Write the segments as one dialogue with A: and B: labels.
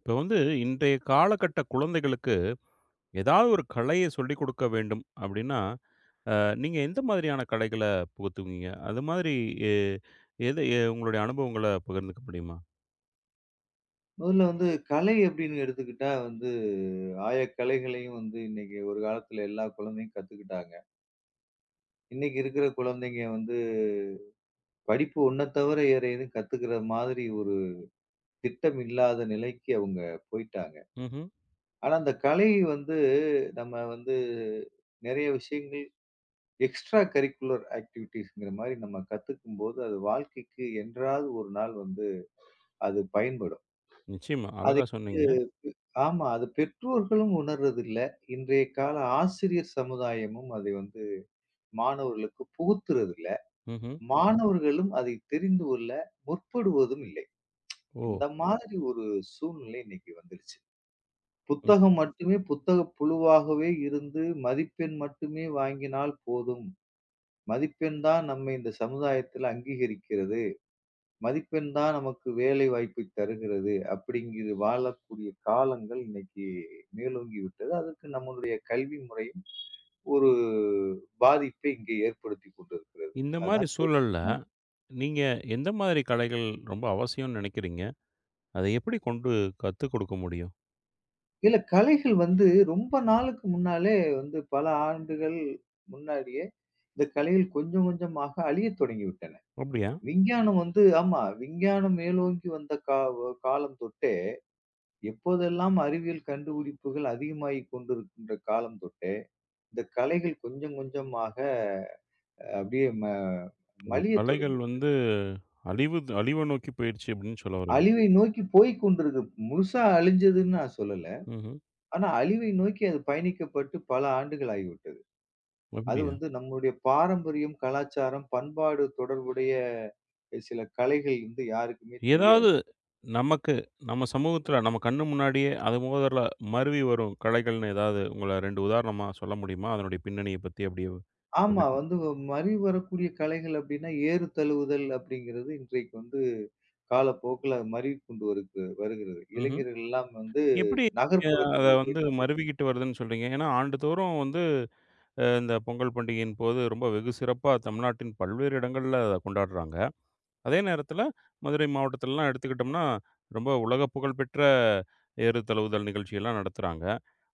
A: இப்போ வந்து இன்றைய காலகட்ட குழந்தைகளுக்கு ஏதாவது ஒரு கலையை சொல்லிக் கொடுக்க வேண்டும் அப்படின்னா, நீங்க எந்த மாதிரியான கலைகளை புகுத்துவீங்க அது மாதிரி? எ, எது உங்களுடைய அனுபவங்களை பகிர்ந்துக்க முடியுமா?
B: முதல்ல வந்து கலை அப்படின்னு எடுத்துக்கிட்டா வந்து ஆய கலைகளையும் வந்து இன்னைக்கு ஒரு காலத்துல எல்லா குழந்தையும் கத்துக்கிட்டாங்க. இன்னைக்கு இருக்கிற குழந்தைங்க வந்து படிப்பு ஒன்ன தவிர வேற எதுவும் கத்துக்கிற மாதிரி ஒரு திட்டம் இல்லாத நிலைக்கு அவங்க போயிட்டாங்க.
A: ம்.
B: ஆனா அந்த கலை வந்து நம்ம வந்து நிறைய விஷயங்கள் எக்ஸ்ட்ரா கரிக்குலர் ஆக்டிவிட்டீஸ்ங்கிற மாதிரி நம்ம கத்துக்கும்போது அது வாழ்க்கைக்கு என்றாவது ஒரு நாள் வந்து அது பயன்படும்.
A: நிச்சயமா
B: அது
A: அழகா சொன்னீங்க.
B: ஆமா. அது பெற்றோர்களும் உணர்றதில்ல. இன்றைய கால ஆசிரியர் சமுதாயமும் அதை வந்து மாணவர்களுக்கு புகுத்துறதில்ல.
A: ம்.
B: மாணவர்களும் அதை தெரிந்து கொள்ள முற்படுவதும் இல்லை.
A: ஓ.
B: இந்த மாதிரி ஒரு சூழ்நிலை இன்னைக்கு வந்துருச்சு.
A: ம்.
B: புத்தகம் மட்டுமே புத்தக புழுவாகவே இருந்து மதிப்பெண் மட்டுமே வாங்கினால் போதும். மதிப்பெண் தான் நம்மை இந்த சமுதாயத்தில் அங்கீகரிக்கிறது. மதிப்பெண் தான் நமக்கு வேலை வாய்ப்பை தருகிறது அப்படிங்கிற வாழக்கூடிய காலங்கள் இன்னைக்கு மேலோங்கி விட்டது. அதற்கு நம்மளுடைய கல்வி முறையும் ஒரு பாதிப்பை இங்கே ஏற்படுத்திக் கொண்டிருக்கிறது.
A: இந்த மாதிரி
B: அதுதான்
A: சூழல்ல
B: யோசிக்கணும்.
A: நீங்க எந்த மாதிரி கலைகள் ரொம்ப அவசியம்னு நினைக்கிறீங்க? அதை எப்படி கொண்டு கற்றுக் கொடுக்க முடியும்?
B: இல்ல கலைகள் வந்து ரொம்ப நாளுக்கு முன்னாலே வந்து பல ஆண்டுகள் முன்னாடியே இந்த கலைகள் கொஞ்சம் கொஞ்சமாக அழியத் தொடங்கிவிட்டன.
A: அப்படியா?
B: விஞ்ஞானம் வந்து ஆமா விஞ்ஞானம் மேலோங்கி வந்த காலம் தொட்டே எப்போதெல்லாம் அறிவியல் கண்டுபிடிப்புகள் அதிகமாகிக் கொண்டிருக்கின்ற காலம் தொட்டே, இந்த கலைகள் கொஞ்சம் கொஞ்சமாக அப்படியே
A: இப்போ
B: மலியத்
A: கலைகள்
B: தொடங்கிவிட்டது.
A: வந்து அழிவை நோக்கி போயிடுச்சு அப்படின்னு சொல்ல வரீங்க?
B: அழிவை நோக்கி போய்க் கொண்டிருக்கு. முழுசா அழிஞ்சதுன்னு நான் சொல்லல.
A: ம்.
B: ஆனா அழிவை நோக்கி அது பயணிக்கப்பட்டு பல ஆண்டுகள் ஆகிவிட்டது. அது
A: அப்படியா?
B: வந்து நம்முடைய பாரம்பரியம், கலாச்சாரம், பண்பாடு தொடர்புடைய சில கலைகள் வந்து யாருக்குமே தெரியாது.
A: ஏதாவது நமக்கு, நம்ம சமூகத்தில நம்ம கண்ணு முன்னாடியே அது முதல்ல மருவி வரும் கலைகள்னு ஏதாவது உங்கள 2 உதாரணமா சொல்ல முடியுமா? அதனுடைய பின்னணிய பத்தி அப்படியே
B: ஆமா.
A: விளக்கி.
B: வந்து மறி வரக்கூடிய கலைகள் அப்டின்னா, ஏறு தழுவுதல் அப்படிங்கிறது இன்றைக்கு வந்து காலப்போக்குல மருவி கொண்டு வருகிறது.
A: ம்ஹ்ம்.
B: இளைஞர்கள் எல்லாம் வந்து
A: எப்படி? நீங்க அத
B: நகர்ப்புறத்துக்கு
A: வந்து
B: போயிட்டாங்க.
A: மருவிக்கிட்டு வருதுன்னு சொல்றீங்க? ஏன்னா ஆண்டுதோறும் வந்து இந்த பொங்கல் பண்டிகையின் போது ரொம்ப வெகு சிறப்பா தமிழ்நாட்டின் பல்வேறு இடங்கள்ல அத கொண்டாடுறாங்க. அதே நேரத்துல, மதுரை மாவட்டத்துலலாம் எடுத்துக்கிட்டோம்னா, ரொம்ப உலக புகழ்பெற்ற ஏறு தழுவுதல் நிகழ்ச்சியெல்லாம் நடத்துறாங்க.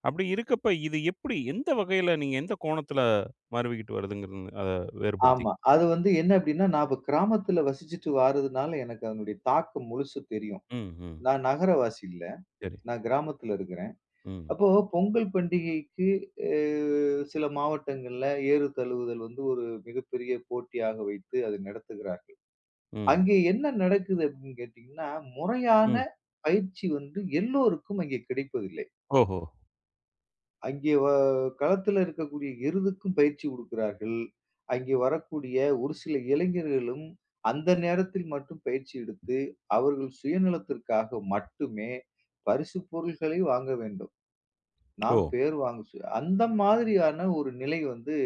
A: அப்படி இருக்கப்ப, இது எப்படி, எந்த வகையில, நீங்க எந்த கோணத்துல மாறுவிக்கிட்டு வருதுங்கிறது அத வேறுபடுத்தி.
B: ஆமா. அது வந்து என்ன அப்படின்னா, நான் இப்ப கிராமத்துல வசிச்சுட்டு வாரதுனால எனக்கு அதனுடைய தாக்கம் முழுசு தெரியும்.
A: ம், ம்.
B: நான் நகரவாசி இல்ல.
A: சரி.
B: நான் கிராமத்துல இருக்கிறேன்.
A: ம்,
B: அப்போ பொங்கல் பண்டிகைக்கு அ சில மாவட்டங்கள்ல ஏறு தழுவுதல் வந்து ஒரு மிகப்பெரிய போட்டியாக வைத்து அதை நடத்துகிறார்கள்.
A: ம்,
B: அங்கே என்ன நடக்குது அப்படின்னு கேட்டீங்கன்னா, முறையான
A: ம்.
B: பயிற்சி வந்து எல்லோருக்கும் அங்கே கிடைப்பதில்லை.
A: ஓஹோ!
B: அங்கே வ களத்தில இருக்கக்கூடிய எருதுக்கும் பயிற்சி குடுக்கிறார்கள். அங்கே வரக்கூடிய ஒரு சில இளைஞர்களும் அந்த நேரத்தில் மட்டும் பயிற்சி எடுத்து, அவர்கள் சுயநலத்திற்காக மட்டுமே பரிசு பொருள்களை வாங்க வேண்டும். நாம்
A: ஓ!
B: பேர் வாங்க சு அந்த மாதிரியான ஒரு நிலை வந்து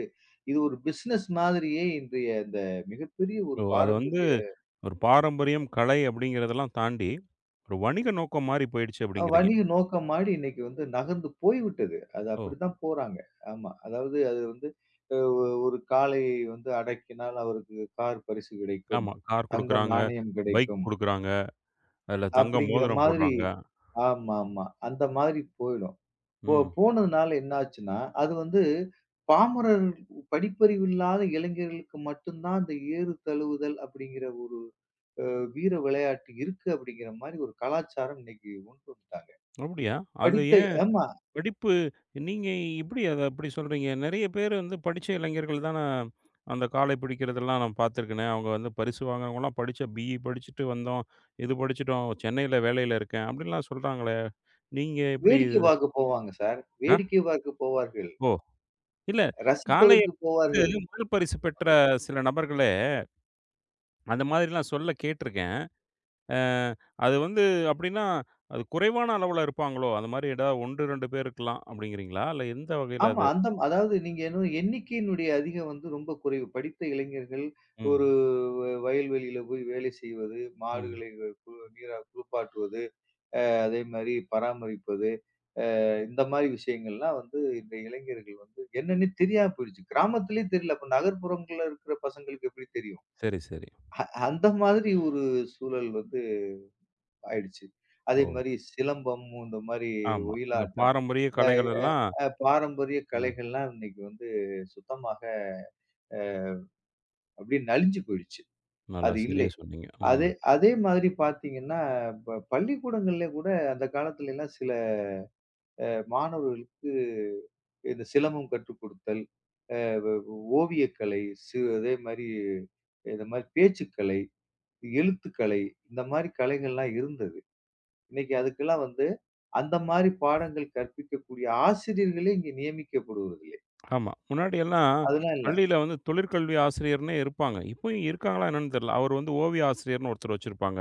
B: இது ஒரு பிசினஸ் மாதிரியே இன்றைய இந்த மிகப்பெரிய ஒரு
A: ஓ! அது வந்து
B: பாரம்பரிய
A: ஒரு பாரம்பரியம், கலை அப்படிங்கிறதெல்லாம் தாண்டி, ஒரு வணிக நோக்கம் மாரி போயிடுச்சு அப்படிங்கிறீங்க.
B: வணிக நோக்கம் மாரி இன்னைக்கு வந்து நகர்ந்து போய்விட்டது. அது
A: ஓ!
B: அப்படித்தான் போறாங்க. ஆமா. அதாவது அது வந்து அ ஒ ஒரு காளை வந்து அடக்கினால் அவருக்கு கார் பரிசு கிடைக்கும்.
A: ஆமா. கார்
B: தங்க
A: குடுக்குறாங்க,
B: நாணயம்
A: பைக்
B: கிடைக்கும்.
A: குடுக்குறாங்க, அதுல தங்க
B: அப்படிங்கிற
A: மோதிரம்
B: மாதிரி
A: போடுறாங்க.
B: ஆமா, ஆமா. அந்த மாதிரி போயிடும்.
A: ம்.
B: போனதுனால என்ன ஆச்சுன்னா, அது வந்து பாமரர் படிப்பறிவு இல்லாத இளைஞர்களுக்கு மட்டும்தான் அந்த ஏறு தழுவுதல் அப்படிங்கிற ஒரு வீர விளையாட்டு இருக்கு அப்படிங்கிற மாரி ஒரு கலாச்சாரம் இன்னைக்கு கொண்டு வந்துட்டாங்க.
A: அப்படியா? அது
B: படித்த
A: ஏன்
B: ஆமா.
A: படிப்பு? நீங்க எப்படி அத அப்படி சொல்றீங்க? நெறைய பேர் வந்து படிச்ச இளைஞர்கள் தான, அந்த காலை பிடிக்கிறதெல்லாம் நான் பார்த்துருக்கேனே. அவங்க வந்து பரிசு வாங்குறவங்கலாம் படிச்ச பிஇ படிச்சுட்டு வந்தோம். இது படிச்சுட்டோம். சென்னையில வேலையில இருக்கேன். அப்படிலாம் சொல்றாங்களே. நீங்க எப்படி
B: வேடிக்கை
A: இது-
B: பார்க்க போவாங்க சார்.
A: ஆ?
B: வேடிக்கை பார்க்க போவார்கள்.
A: ஓ! இல்ல, காளைய
B: ரசிப்பதற்கு போவார்கள்.
A: பிடித்து முதல் பரிசு பெற்ற சில நபர்களே அந்த மாதிரிலாம் சொல்ல கேட்டுருக்கேன். அ அது வந்து அப்படின்னா, அது குறைவான அளவுல இருப்பாங்களோ? அந்த மாரி ஏதாவது 1, 2 பேர் இருக்கலாம் அப்படிங்கிறீங்களா? இல்ல எந்த வகையில
B: ஆமா.
A: அது?
B: அந்த அதாவது நீங்க என்ன எண்ணிக்கையினுடைய அதிகம் வந்து ரொம்ப குறைவு. படித்த இளைஞர்கள் ஒரு
A: ம்,
B: வயல்வெளியில போய் வேலை செய்வது,
A: ம்.
B: மாடுகளை கு கு- நீரா குளிப்பாட்டுவது, அதே மாரி பராமரிப்பது, இந்த மாரி விஷயங்கள்லாம் வந்து இந்த இளைஞர்கள் வந்து என்னன்னே தெரியாம போயிடுச்சு. கிராமத்திலேயே தெரியல. அப்ப நகர்ப்புறங்கள்ல இருக்கிற பசங்களுக்கு எப்படி தெரியும்?
A: சரி, சரி.
B: அந்த மாதிரி ஒரு சூழல் வந்து ஆயிடுச்சு. அதே
A: ஓ!
B: மாரி சிலம்பம், இந்த மாரி
A: ஆமா. அந்த
B: ஒயிலாட்டம்,
A: பாரம்பரிய
B: அ
A: கலைகள் எல்லாம்.
B: அ பாரம்பரிய
A: ம்.
B: கலைகள்லாம் இன்னைக்கு வந்து சுத்தமாக அப்படியே நலிஞ்சு போயிடுச்சு.
A: நல்லா
B: அது
A: சரியா
B: இல்லை.
A: சொன்னீங்க. ம்.
B: அதே அதே மாதிரி பார்த்தீங்கன்னா, பள்ளிக்கூடங்கள்ல கூட அந்த காலத்துல எல்லாம் சில மாணவர்களுக்கு இந்த சிலம்பம் கற்றுக் கொடுத்தல், அ ஓவியக்கலை, அதே மாரி இந்த மாரி பேச்சுக்கலை, எழுத்துக்கலை இந்த மாரி கலைகள்லாம் இருந்தது. இன்னைக்கு அதுக்கெல்லாம் வந்து, அந்த மாரி பாடங்கள் கற்பிக்கக்கூடிய ஆசிரியர்களே இங்க நியமிக்கப்படுவதில்லை.
A: ஆமா. முன்னாடியெல்லாம்
B: அதெல்லாம் இல்ல.
A: பள்ளியில வந்து தொழிற்கல்வி ஆசிரியர்னே இருப்பாங்க. இப்பயும் இருக்காங்களா என்னன்னு தெரியல. அவர் வந்து ஓவிய ஆசிரியர்ன்னு ஒருத்தர் வச்சிருப்பாங்க.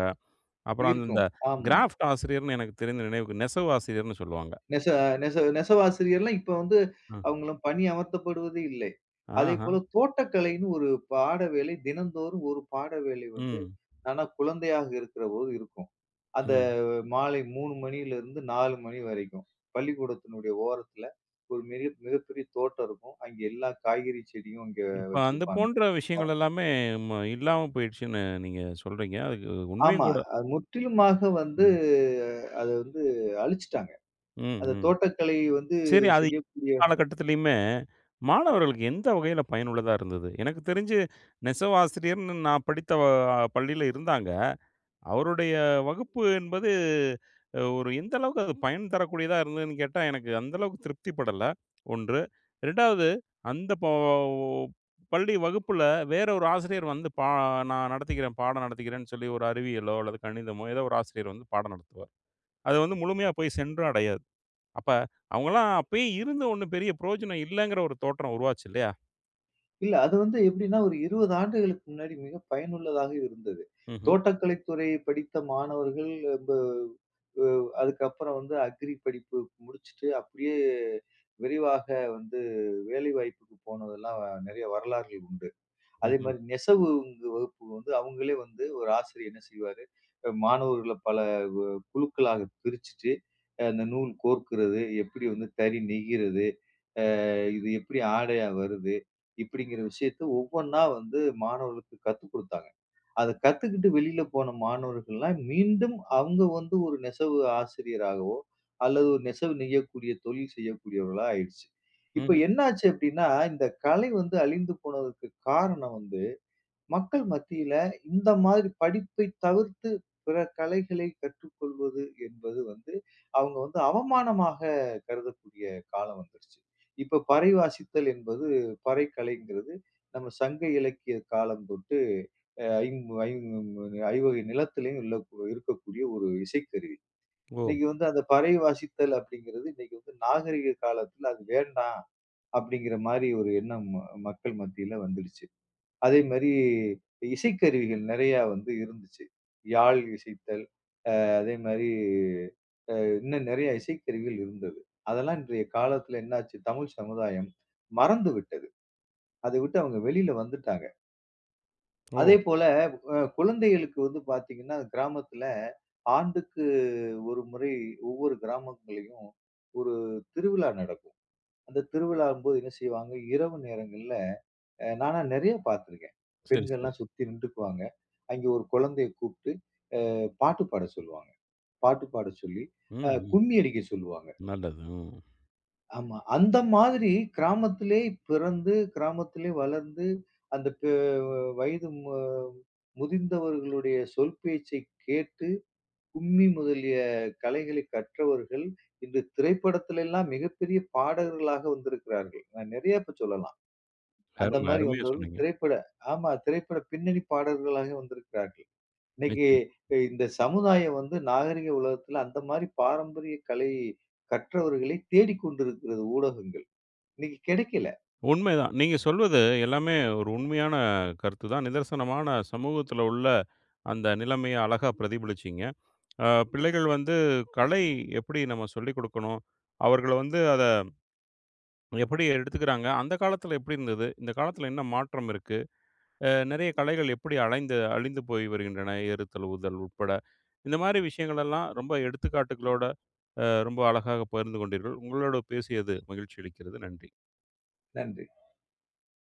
A: அப்புறம் அந்த இந்த
B: இருக்கும். ஆமா.
A: கிராஃப்ட் ஆசிரியர்ன்னு, எனக்கு தெரிந்த நினைவுக்கு, நெசவு ஆசிரியர்ன்னு சொல்லுவாங்க.
B: நெச நெச நெசவாசிரியர்லாம் இப்ப வந்து
A: அ.
B: அவங்களும் பணி அமர்த்தப்படுவதே இல்லை.
A: ஆஹா.
B: அதேபோல தோட்டக்கலைன்னு ஒரு பாட வேலை தினந்தோறும் ஒரு பாட வேலை வந்து
A: ம்.
B: நானா குழந்தையாக இருக்கிறபோது இருக்கும். அந்த
A: ம்.
B: மாலை 3 மணியிலிருந்து 4 மணி வரைக்கும். பள்ளிக்கூடத்தினுடைய ஓரத்துல ஒரு மிக மிகப்பெரிய தோட்டம் இருக்கும். அங்க எல்லா காய்கறி செடியும் அங்க
A: இப்ப அந்த
B: வச்சிருப்பாங்க.
A: போன்ற விஷயங்கள் எல்லாமே இல்லாம போயிடுச்சுன்னு நீங்க சொல்றீங்க. அதுக்கு உண்மையும்
B: ஆமா.
A: கூட.
B: அது முற்றிலுமாக வந்து
A: ம்.
B: அத வந்து அழிச்சுட்டாங்க.
A: ம்.
B: அந்த
A: ம்.
B: தோட்டக்கலை வந்து
A: சரி. அது
B: செய்யக்கூடிய
A: காலகட்டத்திலயுமே, மாணவர்களுக்கு எந்த வகையில பயனுள்ளதா இருந்தது? எனக்கு தெரிஞ்சு, நெசவாசிரியர்ன்னு நான் படித்த பள்ளியில இருந்தாங்க. அவருடைய வகுப்பு என்பது ஒரு எந்த அளவுக்கு அது பயன் தரக்கூடியதா இருந்ததுன்னு கேட்டா, எனக்கு அந்த அளவுக்கு திருப்தி படல. 1. 2வது, அந்த பள்ளி வகுப்புல வேற ஒரு ஆசிரியர் வந்து நான் நடத்திக்கிறேன், பாடம் நடத்திக்கிறேன்னு சொல்லி ஒரு அறிவியலோ அல்லது கணிதமோ ஏதோ ஒரு ஆசிரியர் வந்து பாடம் நடத்துவார். அது வந்து முழுமையா போய் சென்று அடையாது. அப்ப அவங்கலாம் அப்பயே இருந்து ஒண்ணும் பெரிய பிரயோஜனம் இல்லங்கிற ஒரு தோற்றம் உருவாச்சு இல்லையா?
B: இல்ல அது வந்து எப்படின்னா, ஒரு 20 ஆண்டுகளுக்கு முன்னாடி மிக பயனுள்ளதாக இருந்தது.
A: ம்ஹ்ம்.
B: தோட்டக்கலைத் துறை படித்த மாணவர்கள் இப்ப அ அதுக்கப்புறம் வந்து அக்ரி படிப்பு முடிச்சுட்டு அப்படியே விரைவாக வந்து வேலைவாய்ப்புக்கு போனதெல்லாம் நெறைய வரலாறுகள் உண்டு. அதே
A: ம்ஹ்ம்.
B: மாரி நெசவு வந்து வகுப்பு வந்து அவங்களே வந்து ஒரு ஆசிரியர் என்ன செய்வாரு, மாணவர்கள பல வ குழுக்களாக பிரிச்சுட்டு, அந்த நூல் கோர்க்கிறது, எப்படி வந்து தறி நெய்கிறது, இது எப்படி ஆடையா வருது, இப்படிங்கிற விஷயத்த ஒவ்வொன்னா வந்து மாணவர்களுக்கு கத்துக் குடுத்தாங்க. அத கத்துக்கிட்டு வெளியில போன மாணவர்கள்லாம் மீண்டும் அவங்க வந்து ஒரு நெசவு ஆசிரியராகவோ, அல்லது ஒரு நெசவு நெய்யக்கூடிய தொழில் செய்யக்கூடியவர்களா ஆயிடுச்சு. இப்ப
A: ம்ஹ்ம்.
B: என்னாச்சு அப்படின்னா, இந்த கலை வந்து அழிந்து போனதுக்கு காரணம் வந்து மக்கள் மத்தியில இந்த மாதிரி படிப்பை தவிர்த்து பிற கலைகளை கற்றுக்கொள்வது என்பது வந்து அவங்க வந்து அவமானமாக கருதக்கூடிய காலம் வந்துருச்சு. இப்ப பறை வாசித்தல் என்பது பறை கலைங்கிறது நம்ம சங்க இலக்கிய காலம் தொட்டு அ ஐம் ஐம் ஐவகை நிலத்திலயும் உள்ள இருக்கக்கூடிய ஒரு இசைக்கருவி.
A: ஓ!
B: இன்னைக்கு வந்து அந்த பறை வாசித்தல் அப்படிங்கிறது இன்னைக்கு வந்து நாகரிக காலத்துல அது வேண்டாம் அப்படிங்கிற மாரி ஒரு எண்ணம் மக்கள் மத்தியில வந்துடுச்சு. அதே மாரி இசைக்கருவிகள் நெறையா வந்து இருந்துச்சு. யாழ் இசைத்தல், அதே மாரி இன்னும் நெறைய இசைக்கருவிகள் இருந்தது. அதெல்லாம் இன்றைய காலத்துல என்னாச்சு, தமிழ் சமுதாயம் மறந்து விட்டது. அதை விட்டு அவங்க வெளியில வந்துட்டாங்க.
A: ஓ!
B: அதேபோல குழந்தைகளுக்கு வந்து பாத்தீங்கன்னா, கிராமத்துல ஆண்டுக்கு ஒரு முறை ஒவ்வொரு கிராமங்கள்லயும் ஒரு திருவிழா நடக்கும். அந்த திருவிழாவும்போது என்ன செய்வாங்க, இரவு நேரங்கள்ல நானா நெறைய பார்த்துருக்கேன்.
A: சரி, சரி.
B: பெண்கள்லாம் சுத்தி நின்டுக்குவாங்க. அங்கே ஒரு குழந்தைய கூப்பிட்டு பாட்டு பாட சொல்லுவாங்க. பாட்டு பாட சொல்லி,
A: ம், ம்.
B: கும்மி அடிக்க சொல்லுவாங்க.
A: நல்லது. ம்.
B: ஆமா. அந்த மாதிரி கிராமத்திலே பிறந்து, கிராமத்திலே வளர்ந்து, அந்த பெ வயது முதிர்ந்தவர்களுடைய சொல் பேச்சைக் கேட்டு, கும்மி முதலிய கலைகளை கற்றவர்கள், இன்று திரைப்படத்திலெல்லாம் மிகப்பெரிய பாடகர்களாக வந்திருக்கிறார்கள். நான் நெறைய இப்ப சொல்லலாம். அந்த
A: அருமை,
B: மாரி
A: அருமையா
B: வந்தவர்கள்
A: சொன்னீங்க.
B: திரைப்பட ஆமா. திரைப்பட பின்னணி பாடகர்களாக வந்திருக்கிறார்கள். இன்னைக்கு
A: நிச்சயமா.
B: இந்த சமுதாயம் வந்து நாகரிக உலகத்துல அந்த மாரி பாரம்பரிய கலை கற்றவர்களை தேடிக்கொண்டிருக்கிறது ஊடகங்கள். இன்னைக்கு கிடைக்கல.
A: உண்மைதான். நீங்க சொல்வது எல்லாமே ஒரு உண்மையான கருத்து தான். நிதர்சனமான சமூகத்துல உள்ள அந்த நிலைமைய அழகா பிரதிபலிச்சீங்க. பிள்ளைகள் வந்து கலை எப்படி நம்ம சொல்லிக் குடுக்கணும்? அவர்கள வந்து அத எப்படி எடுத்துக்கிறாங்க? அந்த காலத்துல எப்படி இருந்தது? இந்த காலத்துல என்ன மாற்றம் இருக்கு? நிறைய கலைகள் எப்படி அலைந்து அழிந்து போய் வருகின்றன, ஏறுதல், ஊதல் உட்பட. இந்த மாரி விஷயங்களெல்லாம் ரொம்ப எடுத்துக்காட்டுகளோட, ரொம்ப அழகாக பகிர்ந்து கொண்டீர்கள். உங்களோட பேசியது மகிழ்ச்சி அளிக்கிறது. நன்றி.
B: நன்றி.